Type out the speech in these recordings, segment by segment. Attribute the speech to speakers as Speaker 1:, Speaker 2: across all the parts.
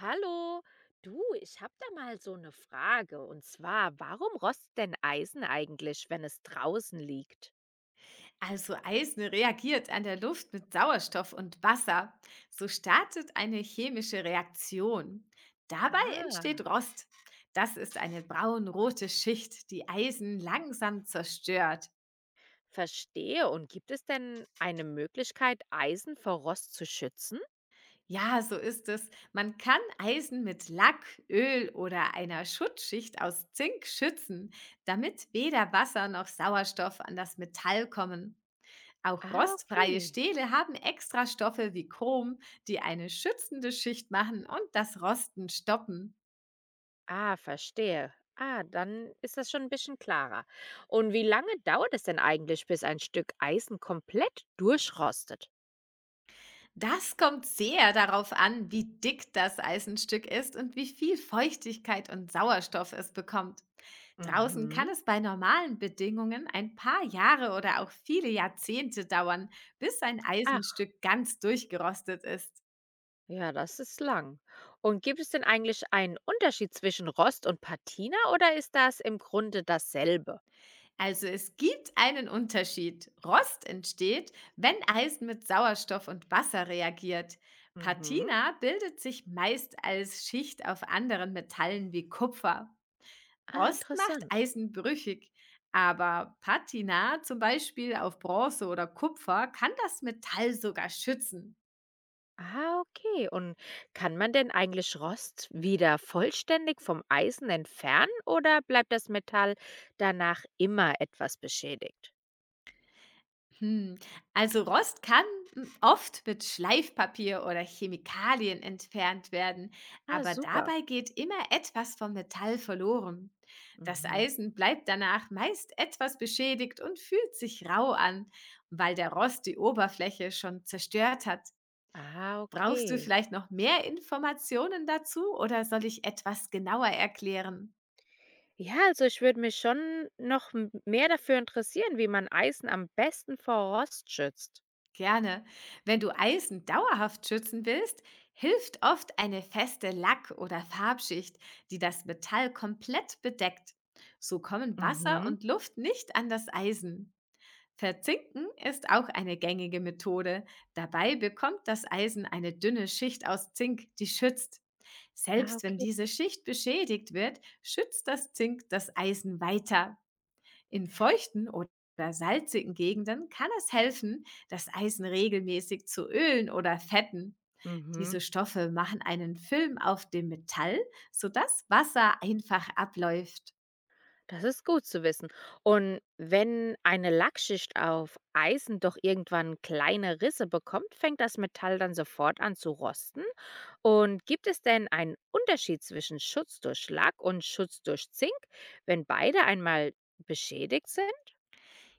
Speaker 1: Hallo, du, ich habe da mal so eine Frage. Und zwar, warum rostet denn Eisen eigentlich, wenn es draußen liegt?
Speaker 2: Also Eisen reagiert an der Luft mit Sauerstoff und Wasser. So startet eine chemische Reaktion. Dabei
Speaker 1: Ah,
Speaker 2: entsteht Rost. Das ist eine braunrote Schicht, die Eisen langsam zerstört.
Speaker 1: verstehe. Und gibt es denn eine Möglichkeit, Eisen vor Rost zu schützen?
Speaker 2: Ja, so ist es. Man kann Eisen mit Lack, Öl oder einer Schutzschicht aus Zink schützen, damit weder Wasser noch Sauerstoff an das Metall kommen. Auch
Speaker 1: Ah,
Speaker 2: rostfreie
Speaker 1: okay.
Speaker 2: Stähle haben extra Stoffe wie Chrom, die eine schützende Schicht machen und das Rosten stoppen.
Speaker 1: Ah, verstehe. Ah, dann ist das schon ein bisschen klarer. Und wie lange dauert es denn eigentlich, bis ein Stück Eisen komplett durchrostet?
Speaker 2: Das kommt sehr darauf an, wie dick das Eisenstück ist und wie viel Feuchtigkeit und Sauerstoff es bekommt. Draußen kann
Speaker 1: Mhm.
Speaker 2: es bei normalen Bedingungen ein paar Jahre oder auch viele Jahrzehnte dauern, bis ein
Speaker 1: Ach.
Speaker 2: Eisenstück ganz durchgerostet ist.
Speaker 1: Ja, das ist lang. Und gibt es denn eigentlich einen Unterschied zwischen Rost und Patina oder ist das im Grunde dasselbe?
Speaker 2: Also es gibt einen Unterschied. Rost entsteht, wenn Eisen mit Sauerstoff und Wasser reagiert.
Speaker 1: Mhm.
Speaker 2: Patina bildet sich meist als Schicht auf anderen Metallen wie Kupfer.
Speaker 1: Ah,
Speaker 2: Rost macht
Speaker 1: interessant.
Speaker 2: Eisen brüchig, aber Patina zum Beispiel auf Bronze oder Kupfer kann das Metall sogar schützen.
Speaker 1: Ah, okay. Und kann man denn eigentlich Rost wieder vollständig vom Eisen entfernen oder bleibt das Metall danach immer etwas beschädigt?
Speaker 2: Hm, also Rost kann oft mit Schleifpapier oder Chemikalien entfernt werden,
Speaker 1: Ah,
Speaker 2: aber
Speaker 1: super.
Speaker 2: dabei geht immer etwas vom Metall verloren. Das
Speaker 1: Mhm.
Speaker 2: Eisen bleibt danach meist etwas beschädigt und fühlt sich rau an, weil der Rost die Oberfläche schon zerstört hat.
Speaker 1: Ah,
Speaker 2: Brauchst du
Speaker 1: okay.
Speaker 2: vielleicht noch mehr Informationen dazu oder soll ich etwas genauer erklären?
Speaker 1: Ja, also ich würde mich schon noch mehr dafür interessieren, wie man Eisen am besten vor Rost schützt.
Speaker 2: Gerne. Wenn du Eisen dauerhaft schützen willst, hilft oft eine feste Lack- oder Farbschicht, die das Metall komplett bedeckt. So kommen Wasser
Speaker 1: Mhm.
Speaker 2: und Luft nicht an das Eisen. Verzinken ist auch eine gängige Methode. Dabei bekommt das Eisen eine dünne Schicht aus Zink, die schützt.
Speaker 1: Ah,
Speaker 2: Selbst wenn
Speaker 1: okay.
Speaker 2: diese Schicht beschädigt wird, schützt das Zink das Eisen weiter. In feuchten oder salzigen Gegenden kann es helfen, das Eisen regelmäßig zu ölen oder fetten.
Speaker 1: Mhm.
Speaker 2: Diese Stoffe machen einen Film auf dem Metall, sodass Wasser einfach abläuft.
Speaker 1: Das ist gut zu wissen. Und wenn eine Lackschicht auf Eisen doch irgendwann kleine Risse bekommt, fängt das Metall dann sofort an zu rosten? Und gibt es denn einen Unterschied zwischen Schutz durch Lack und Schutz durch Zink, wenn beide einmal beschädigt sind?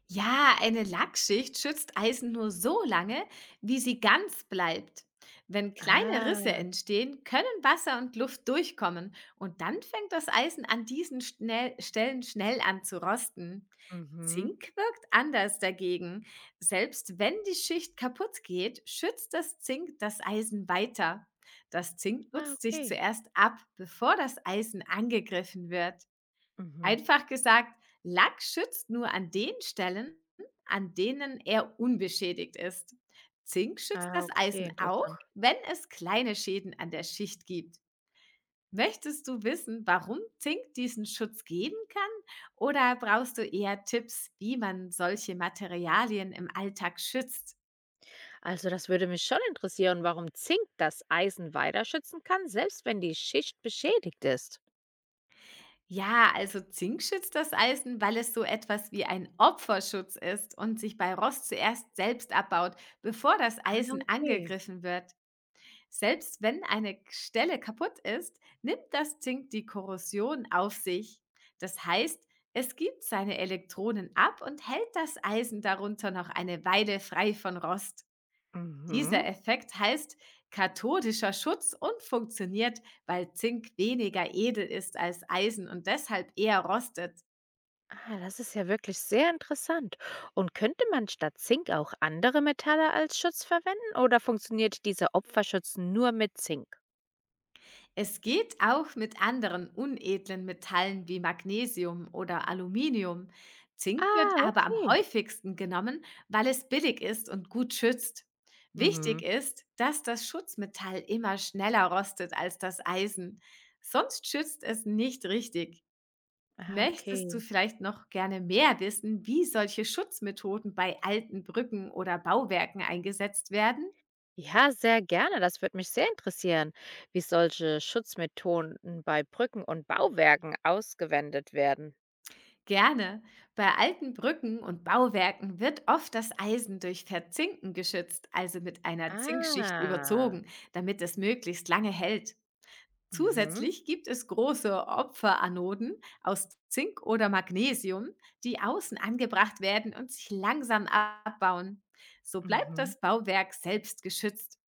Speaker 2: Ja, eine Lackschicht schützt Eisen nur so lange, wie sie ganz bleibt. Wenn kleine
Speaker 1: Ah,
Speaker 2: Risse entstehen, können Wasser und Luft durchkommen und dann fängt das Eisen an diesen Stellen schnell an zu rosten.
Speaker 1: mhm.
Speaker 2: Zink wirkt anders dagegen. Selbst wenn die Schicht kaputt geht, schützt das Zink das Eisen weiter. Das Zink
Speaker 1: Ah,
Speaker 2: nutzt sich
Speaker 1: okay.
Speaker 2: zuerst ab, bevor das Eisen angegriffen wird.
Speaker 1: Mhm.
Speaker 2: Einfach gesagt, Lack schützt nur an den Stellen, an denen er unbeschädigt ist. Zink schützt
Speaker 1: Ah,
Speaker 2: das
Speaker 1: okay,
Speaker 2: Eisen auch,
Speaker 1: interessant.
Speaker 2: wenn es kleine Schäden an der Schicht gibt. Möchtest du wissen, warum Zink diesen Schutz geben kann? Oder brauchst du eher Tipps, wie man solche Materialien im Alltag schützt?
Speaker 1: Also das würde mich schon interessieren, warum Zink das Eisen weiter schützen kann, selbst wenn die Schicht beschädigt ist.
Speaker 2: Ja, also Zink schützt das Eisen, weil es so etwas wie ein Opferschutz ist und sich bei Rost zuerst selbst abbaut, bevor das
Speaker 1: Ah,
Speaker 2: Eisen
Speaker 1: okay.
Speaker 2: angegriffen wird. Selbst wenn eine Stelle kaputt ist, nimmt das Zink die Korrosion auf sich. Das heißt, es gibt seine Elektronen ab und hält das Eisen darunter noch eine Weile frei von Rost. Dieser
Speaker 1: Mhm.
Speaker 2: Effekt heißt kathodischer Schutz und funktioniert, weil Zink weniger edel ist als Eisen und deshalb eher rostet.
Speaker 1: Ah, das ist ja wirklich sehr interessant. Und könnte man statt Zink auch andere Metalle als Schutz verwenden oder funktioniert dieser Opferschutz nur mit Zink?
Speaker 2: Es geht auch mit anderen unedlen Metallen wie Magnesium oder Aluminium. Zink wird
Speaker 1: Ah,
Speaker 2: aber am
Speaker 1: okay.
Speaker 2: häufigsten genommen, weil es billig ist und gut schützt. Wichtig
Speaker 1: Mhm.
Speaker 2: ist, dass das Schutzmetall immer schneller rostet als das Eisen. Sonst schützt es nicht richtig.
Speaker 1: Ah,
Speaker 2: Möchtest du
Speaker 1: okay.
Speaker 2: vielleicht noch gerne mehr wissen, wie solche Schutzmethoden bei alten Brücken oder Bauwerken eingesetzt werden?
Speaker 1: Ja, sehr gerne. Das würde mich sehr interessieren, wie solche Schutzmethoden bei Brücken und Bauwerken ausgewendet werden.
Speaker 2: Gerne. Bei alten Brücken und Bauwerken wird oft das Eisen durch Verzinken geschützt, also mit einer Zinkschicht
Speaker 1: Ah,
Speaker 2: überzogen, damit es möglichst lange hält.
Speaker 1: mhm.
Speaker 2: Zusätzlich gibt es große Opferanoden aus Zink oder Magnesium, die außen angebracht werden und sich langsam abbauen. So bleibt
Speaker 1: Mhm.
Speaker 2: das Bauwerk selbst geschützt.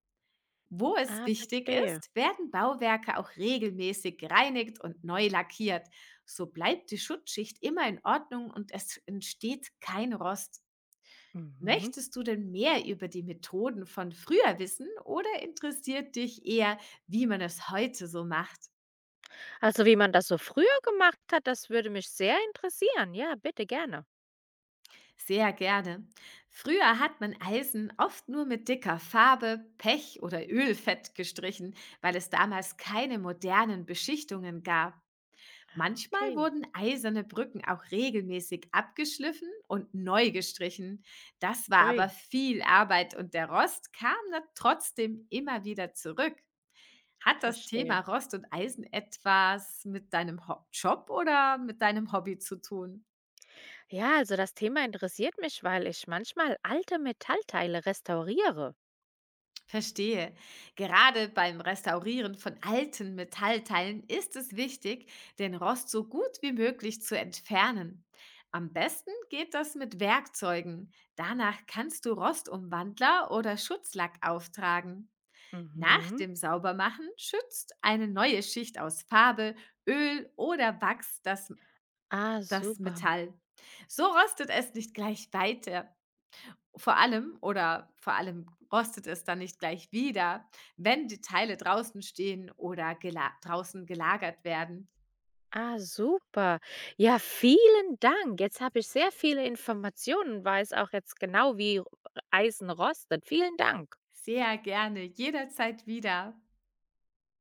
Speaker 2: Wo es
Speaker 1: Ah,
Speaker 2: wichtig
Speaker 1: verstehe.
Speaker 2: ist, werden Bauwerke auch regelmäßig gereinigt und neu lackiert. So bleibt die Schutzschicht immer in Ordnung und es entsteht kein Rost.
Speaker 1: Mhm.
Speaker 2: Möchtest du denn mehr über die Methoden von früher wissen oder interessiert dich eher, wie man es heute so macht?
Speaker 1: Also, wie man das so früher gemacht hat, das würde mich sehr interessieren. Ja, bitte gerne.
Speaker 2: Sehr gerne. Früher hat man Eisen oft nur mit dicker Farbe, Pech oder Ölfett gestrichen, weil es damals keine modernen Beschichtungen gab.
Speaker 1: Ah,
Speaker 2: Manchmal
Speaker 1: okay.
Speaker 2: wurden eiserne Brücken auch regelmäßig abgeschliffen und neu gestrichen. Das war aber
Speaker 1: Ui,
Speaker 2: viel Arbeit und der Rost kam dann trotzdem immer wieder zurück. Hat das
Speaker 1: verstehe.
Speaker 2: Thema Rost und Eisen etwas mit deinem Ho Job oder mit deinem Hobby zu tun?
Speaker 1: Ja, also das Thema interessiert mich, weil ich manchmal alte Metallteile restauriere.
Speaker 2: Verstehe. Gerade beim Restaurieren von alten Metallteilen ist es wichtig, den Rost so gut wie möglich zu entfernen. Am besten geht das mit Werkzeugen. Danach kannst du Rostumwandler oder Schutzlack auftragen. Nach
Speaker 1: Mhm.
Speaker 2: dem Saubermachen schützt eine neue Schicht aus Farbe, Öl oder Wachs
Speaker 1: Ah,
Speaker 2: das
Speaker 1: super.
Speaker 2: Metall. So rostet es nicht gleich weiter. Vor allem rostet es dann nicht gleich wieder, wenn die Teile draußen stehen oder gela draußen gelagert werden.
Speaker 1: Ah, super. Ja, vielen Dank. Jetzt habe ich sehr viele Informationen und weiß auch jetzt genau, wie Eisen rostet. Vielen Dank.
Speaker 2: Sehr gerne, jederzeit wieder.